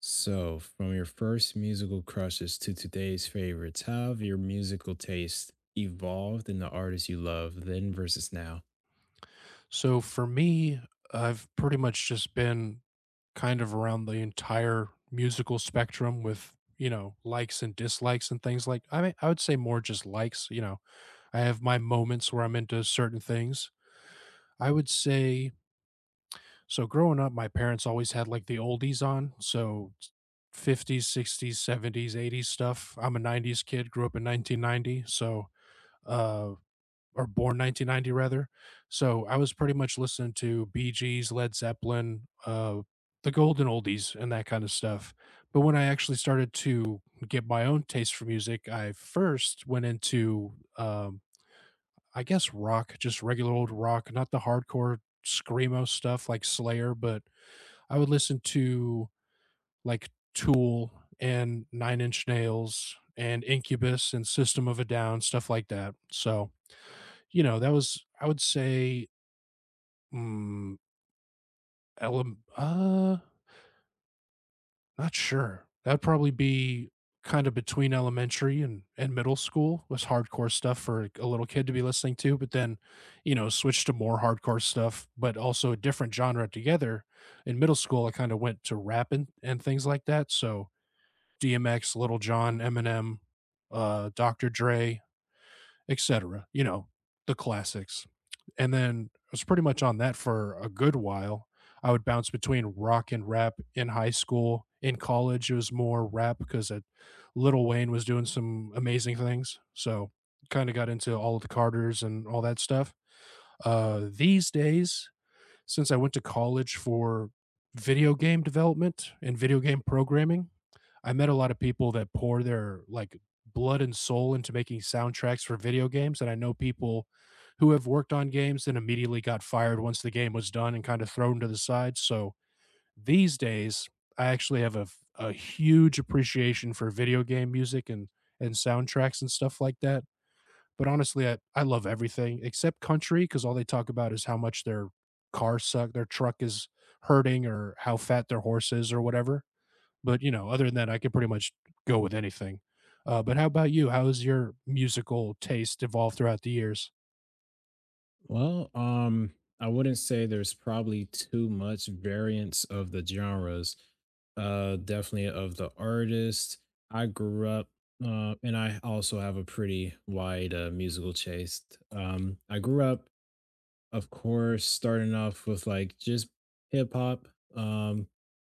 So, from your first musical crushes to today's favorites, how have your musical taste evolved in the artists you love then versus now? So for me, I've pretty much just been kind of around the entire musical spectrum with, you know, likes and dislikes and things like I would say more just likes, you know. I have my moments where I'm into certain things. I would say so growing up my parents always had like the oldies on, so 50s, 60s, 70s, 80s stuff. I'm a 90s kid, grew up in 1990, so uh or born 1990 rather. So I was pretty much listening to Bee Gees, Led Zeppelin, the golden oldies, and that kind of stuff. But when I actually started to get my own taste for music, I first went into, I guess, rock, just regular old rock, not the hardcore screamo stuff like Slayer, but I would listen to like Tool and Nine Inch Nails and Incubus and System of a Down, stuff like that. So, you know, that was, I would say, Mm, elem not sure. That'd probably be kind of between elementary and middle school was hardcore stuff for like, a little kid to be listening to, but then, you know, switched to more hardcore stuff, but also a different genre together. In middle school, I kind of went to rap and things like that. So DMX, Little John, Eminem, Dr. Dre, etc. You know, the classics. And then I was pretty much on that for a good while. I would bounce between rock and rap in high school. In college, it was more rap because Little Wayne was doing some amazing things. So kind of got into all of the Carters and all that stuff. These days, since I went to college for video game development and video game programming, I met a lot of people that pour their like blood and soul into making soundtracks for video games, and I know people who have worked on games and immediately got fired once the game was done and kind of thrown to the side. So these days, I actually have a huge appreciation for video game music and soundtracks and stuff like that. But honestly, I love everything except country because all they talk about is how much their car suck, their truck is hurting, or how fat their horse is, or whatever. But you know, other than that, I could pretty much go with anything. But how about you? How has your musical taste evolved throughout the years? Well, I wouldn't say there's probably too much variance of the genres. Definitely of the artist. I grew up, and I also have a pretty wide musical taste. I grew up, of course, starting off with, like, just hip hop, um,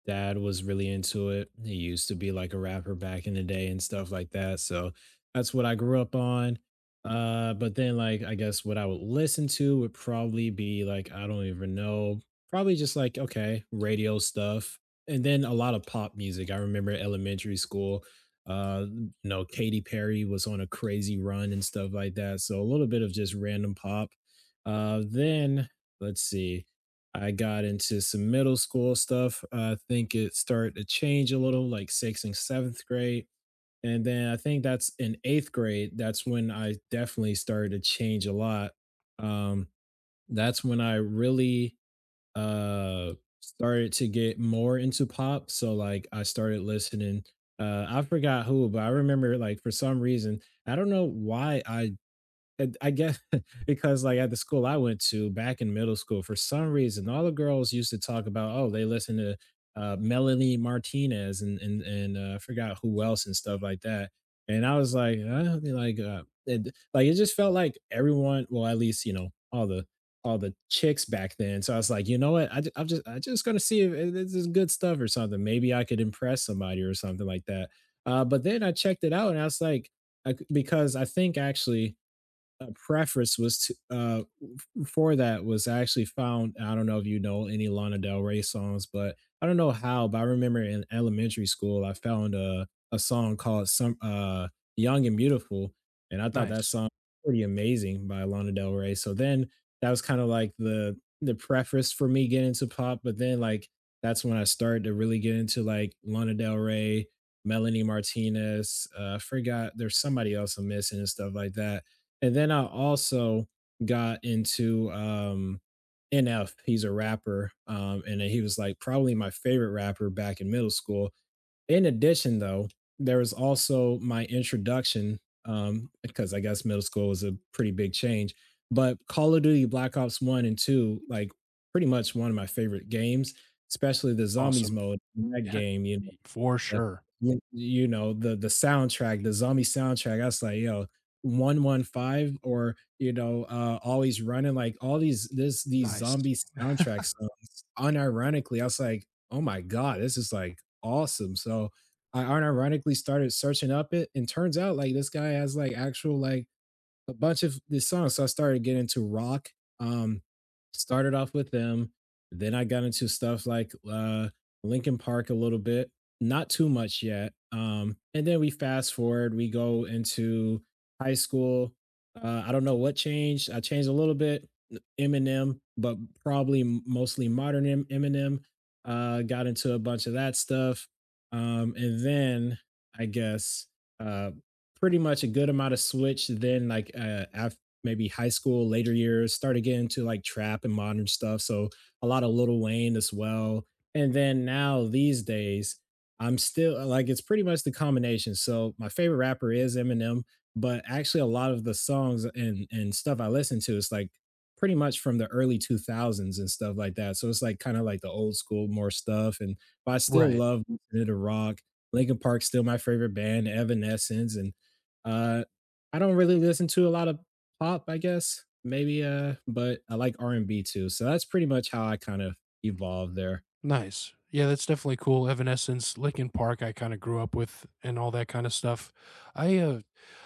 dad was really into it. He used to be, like, a rapper back in the day and stuff like that, so that's what I grew up on, but then, like, I guess what I would listen to would probably be, like, I don't even know, probably just like, okay, radio stuff, and then a lot of pop music. I remember elementary school, you know, Katy Perry was on a crazy run and stuff like that, so a little bit of just random pop. Then let's see. I got into some middle school stuff. I think it started to change a little, like sixth and seventh grade. And then I think that's in eighth grade. That's when I definitely started to change a lot. Um, that's when I really uh started to get more into pop. So like I started listening. I forgot who, but I remember like for some reason I don't know why I and I guess because like at the school I went to back in middle school, for some reason, all the girls used to talk about, oh, they listen to Melanie Martinez and I forgot who else and stuff like that. And I was like, I mean, like, it just felt like everyone, well, at least you know all the chicks back then. So I was like, you know what, I am just gonna see if this is good stuff or something. Maybe I could impress somebody or something like that. But then I checked it out and I was like, I c because I think actually preference was to for that was I actually found, I don't know if you know any Lana Del Rey songs, but I don't know how, but I remember in elementary school I found a song called "Some Young and Beautiful," and I thought that Nice, song was pretty amazing by Lana Del Rey. So then that was kind of like the preface for me getting into pop, but then like that's when I started to really get into like Lana Del Rey, Melanie Martinez. I forgot there's somebody else I'm missing and stuff like that. And then I also got into NF. He's a rapper. And he was like probably my favorite rapper back in middle school. In addition, though, there was also my introduction, because I guess middle school was a pretty big change. But Call of Duty Black Ops 1 and 2, like pretty much one of my favorite games, especially the zombies awesome, mode. In That yeah, game, you, for yep, sure. Y you know, the soundtrack, the zombie soundtrack, I was like, "Yo, 115," or, you know, "Always Running," like, all these Nice, zombie soundtrack songs, unironically. I was like, "Oh my god, this is, like, awesome." So, I unironically started searching up it, and turns out, like, this guy has, like, actual, like a bunch of these songs. So I started getting into rock. Um, Started off with them. Then I got into stuff like Linkin Park a little bit, not too much yet. And then we fast forward, we go into high school. I don't know what changed. I changed a little bit, Eminem, but probably mostly modern Eminem. Got into a bunch of that stuff. And then I guess, uh, pretty much a good amount of switch. Then like after maybe high school, later years, started getting into like trap and modern stuff. So a lot of Lil Wayne as well. And then now these days, I'm still like it's pretty much the combination. So my favorite rapper is Eminem, but actually a lot of the songs and stuff I listen to is like pretty much from the early 2000s and stuff like that. So it's like kind of like the old school more stuff. And but I still right? love listening to rock. Linkin Park's still my favorite band, Evanescence, and uh, I don't really listen to a lot of pop, I guess. Maybe but I like R&B too. So that's pretty much how I kind of evolved there. Nice, yeah. That's definitely cool. Evanescence, Linkin Park, I kind of grew up with, and all that kind of stuff. I uh,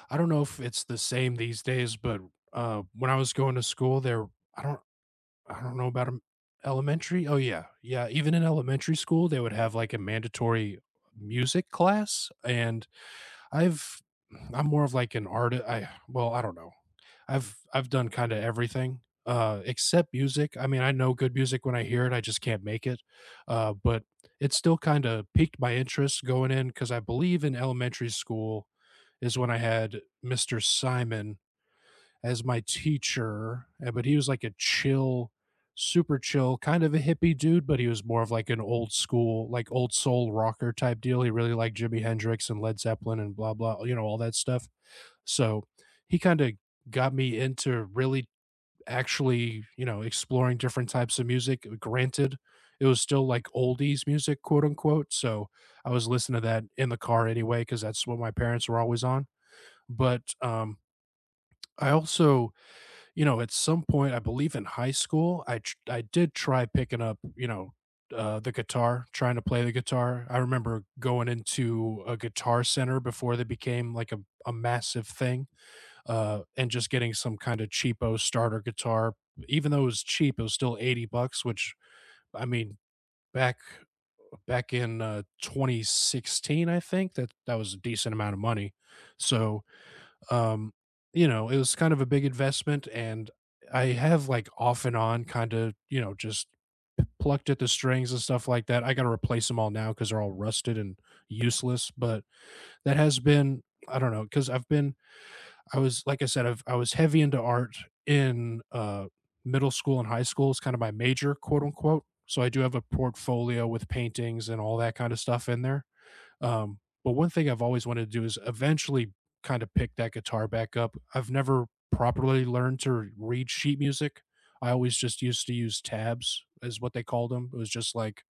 I don't know if it's the same these days, but when I was going to school, there, I don't I don't know about 'em elementary. Oh, yeah. Yeah, even in elementary school, they would have, like, a mandatory music class, and I've I'm more of, like, an artist. I well, I don't know. I've done kinda everything, except music. I mean, I know good music when I hear it, I just can't make it, but it still kinda piqued my interest going in because I believe in elementary school is when I had Mr. Simon as my teacher, but he was like a chill, super chill, kind of a hippie dude, but he was more of like an old school, like old soul rocker type deal. He really liked Jimi Hendrix and Led Zeppelin and blah, blah, you know, all that stuff. So he kind of got me into really actually, you know, exploring different types of music. Granted, it was still like oldies music, quote unquote. So I was listening to that in the car anyway, because that's what my parents were always on. But I also, you know, at some point, I believe in high school, I did try picking up, you know, the guitar, trying to play the guitar. I remember going into a guitar center before they became like a massive thing, and just getting some kind of cheapo starter guitar. Even though it was cheap, it was still $80, which I mean, back back in 2016, I think that was a decent amount of money. So um, you know, it was kind of a big investment, and I have, like, off and on kinda, you know, just plucked at the strings and stuff like that. I gotta replace them all now because 'cause they're all rusted and useless, but that has been I don't know because 'cause I said, I was heavy into art in, middle school and high school. It's kind of my "major," quote, unquote, so I do have a portfolio with paintings and all that kinda stuff in there. But one thing I've always wanted to do is eventually kind of pick that guitar back up. I've never properly learned to read sheet music. I always just used to use tabs is what they called them. It was just like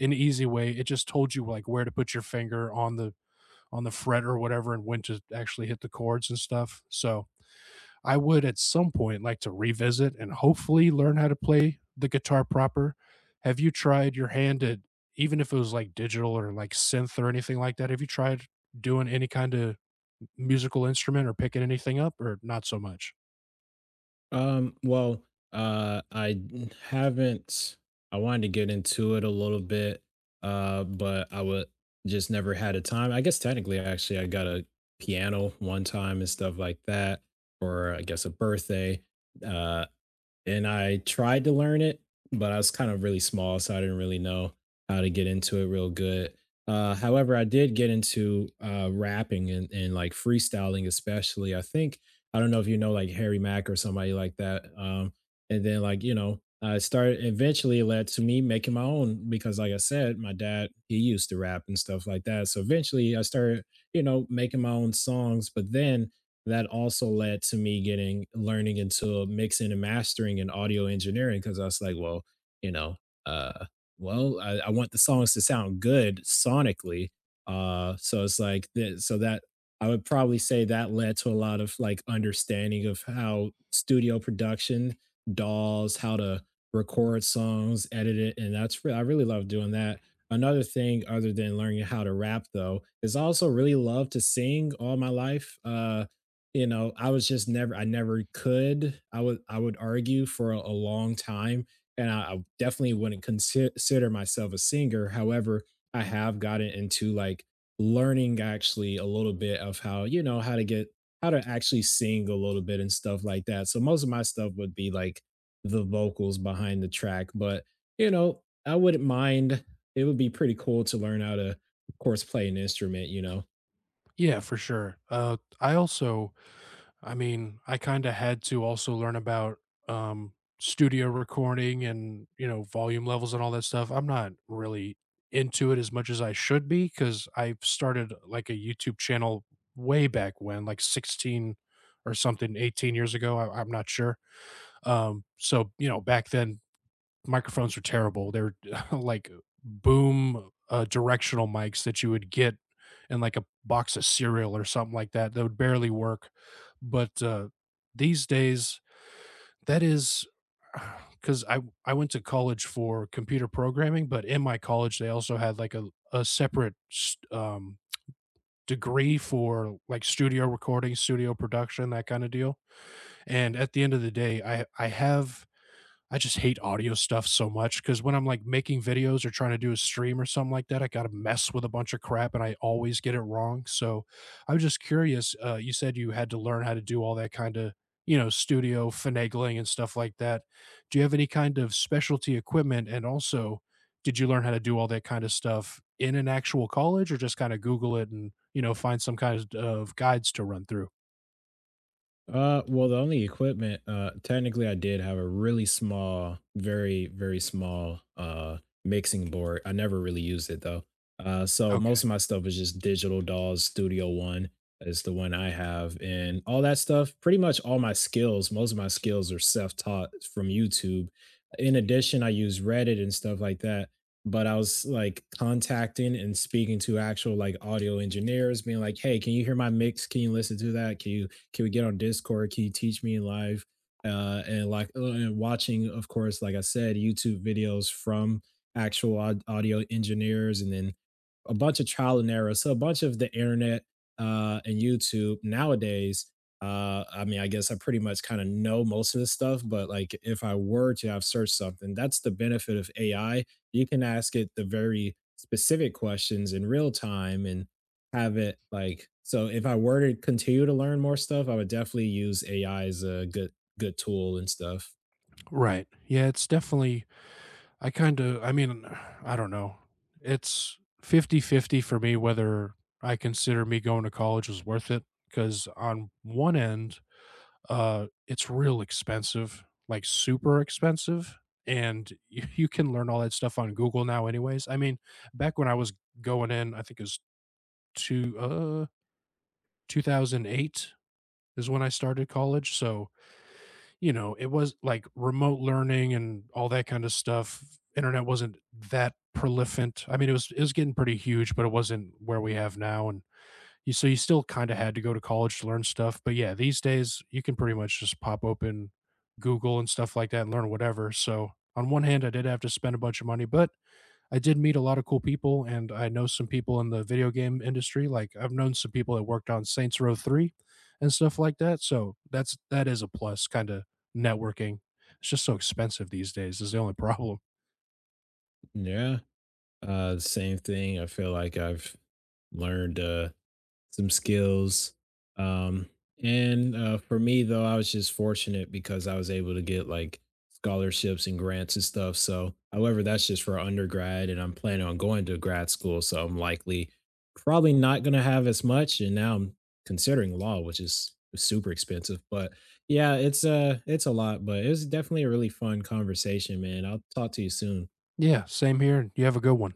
an easy way. It just told you like where to put your finger on the fret or whatever and when to actually hit the chords and stuff. So I would at some point like to revisit and hopefully learn how to play the guitar proper. Have you tried your hand at even if it was like digital or like synth or anything like that? Have you tried doing any kind of musical instrument or picking anything up or not so much? Well, haven't, I wanted to get into it a little bit, but I would just never had a time. I guess technically actually I got a piano one time and stuff like that, or I guess a birthday. Uh and I tried to learn it, but I was kind of really small, so I didn't really know how to get into it real good. However, I did get into rapping and like freestyling, especially. I think I don't know if you know like Harry Mack or somebody like that. And then like you know, I started eventually it led to me making my own because, like I said, my dad he used to rap and stuff like that. So eventually, I started, you know, making my own songs. But then that also led to me getting learning into mixing and mastering and audio engineering because I was like, well, you know, uh, well, I want the songs to sound good sonically. So it's like that. So that I would probably say that led to a lot of like understanding of how studio production, dolls, how to record songs, edit it, and that's I really love doing that. Another thing, other than learning how to rap, though, is I also really love to sing all my life. You know, I never could. I would argue for a long time and I definitely wouldn't consider myself a singer. However, I have gotten into like learning actually a little bit of how, you know, how to actually sing a little bit and stuff like that. So most of my stuff would be like the vocals behind the track, but you know, I wouldn't mind. It would be pretty cool to learn how to of course play an instrument, you know. Yeah, for sure. I also I kinda had to also learn about, um, studio recording and, you know, volume levels and all that stuff. I'm not really into it as much as I should be because 'cause started, like, a YouTube channel way back when, like, 16 or something, 18 years ago, I'm not sure. So, you know, back then microphones were terrible. They were like boom directional mics that you would get in like a box of cereal or something like that. That would barely work. But these days, that is because I went to college for computer programming, but in my college they also had like a separate degree for like studio recording, studio production, that kind of deal. And at the end of the day, I just hate audio stuff so much because when I'm like making videos or trying to do a stream or something like that, I got to mess with a bunch of crap and I always get it wrong. So I'm just curious. You said you had to learn how to do all that kind of, you know, studio finagling and stuff like that. Do you have any kind of specialty equipment? And also, did you learn how to do all that kind of stuff in an actual college or just kind of Google it and, you know, find some kind of guides to run through? Well, the only equipment, technically, I did have a really small, very, very small, mixing board. I never really used it though. So Okay. most of my stuff is just Digital Dolls Studio One is the one I have, and all that stuff. Pretty much all my skills, most of my skills are self-taught from YouTube. In addition, I use Reddit and stuff like that. But I was like contacting and speaking to actual like audio engineers, being like, "Hey, can you hear my mix? Can you listen to that? Can you?" Can we get on Discord? Can you teach me live? And like and watching, of course, like I said, YouTube videos from actual audio engineers and then a bunch of trial and error. So a bunch of the internet and YouTube nowadays. I mean, I guess I pretty much kind of know most of this stuff, but like if I were to have searched something, that's the benefit of AI. You can ask it the very specific questions in real time and have it like so if I were to continue to learn more stuff, I would definitely use AI as a good tool and stuff. Right. Yeah, it's definitely I mean, I don't know. It's 50-50 for me whether I consider me going to college was worth it. Because on one end, it's real expensive, like super expensive. And you can learn all that stuff on Google now, anyways. I mean, back when I was going in, I think it was two, uh, 2008 is when I started college. So, you know, it was like remote learning and all that kind of stuff. Internet wasn't that prolific. I mean, it was getting pretty huge, but it wasn't where we have now. And so you still kind of had to go to college to learn stuff. But yeah, these days you can pretty much just pop open Google and stuff like that and learn whatever. So on one hand, I did have to spend a bunch of money, but I did meet a lot of cool people, and I know some people in the video game industry. Like I've known some people that worked on Saints Row 3 and stuff like that. So that is a plus kind of networking. It's just so expensive these days. Is the only problem. Yeah. Same thing. I feel like I've learned some skills. Um, and for me though, I was just fortunate because I was able to get like scholarships and grants and stuff. So, however, that's just for undergrad, and I'm planning on going to grad school, so I'm likely probably not going to have as much. And now I'm considering law, which is super expensive. But yeah, it's a lot, but it was definitely a really fun conversation, man. I'll talk to you soon. Yeah, same here. You have a good one.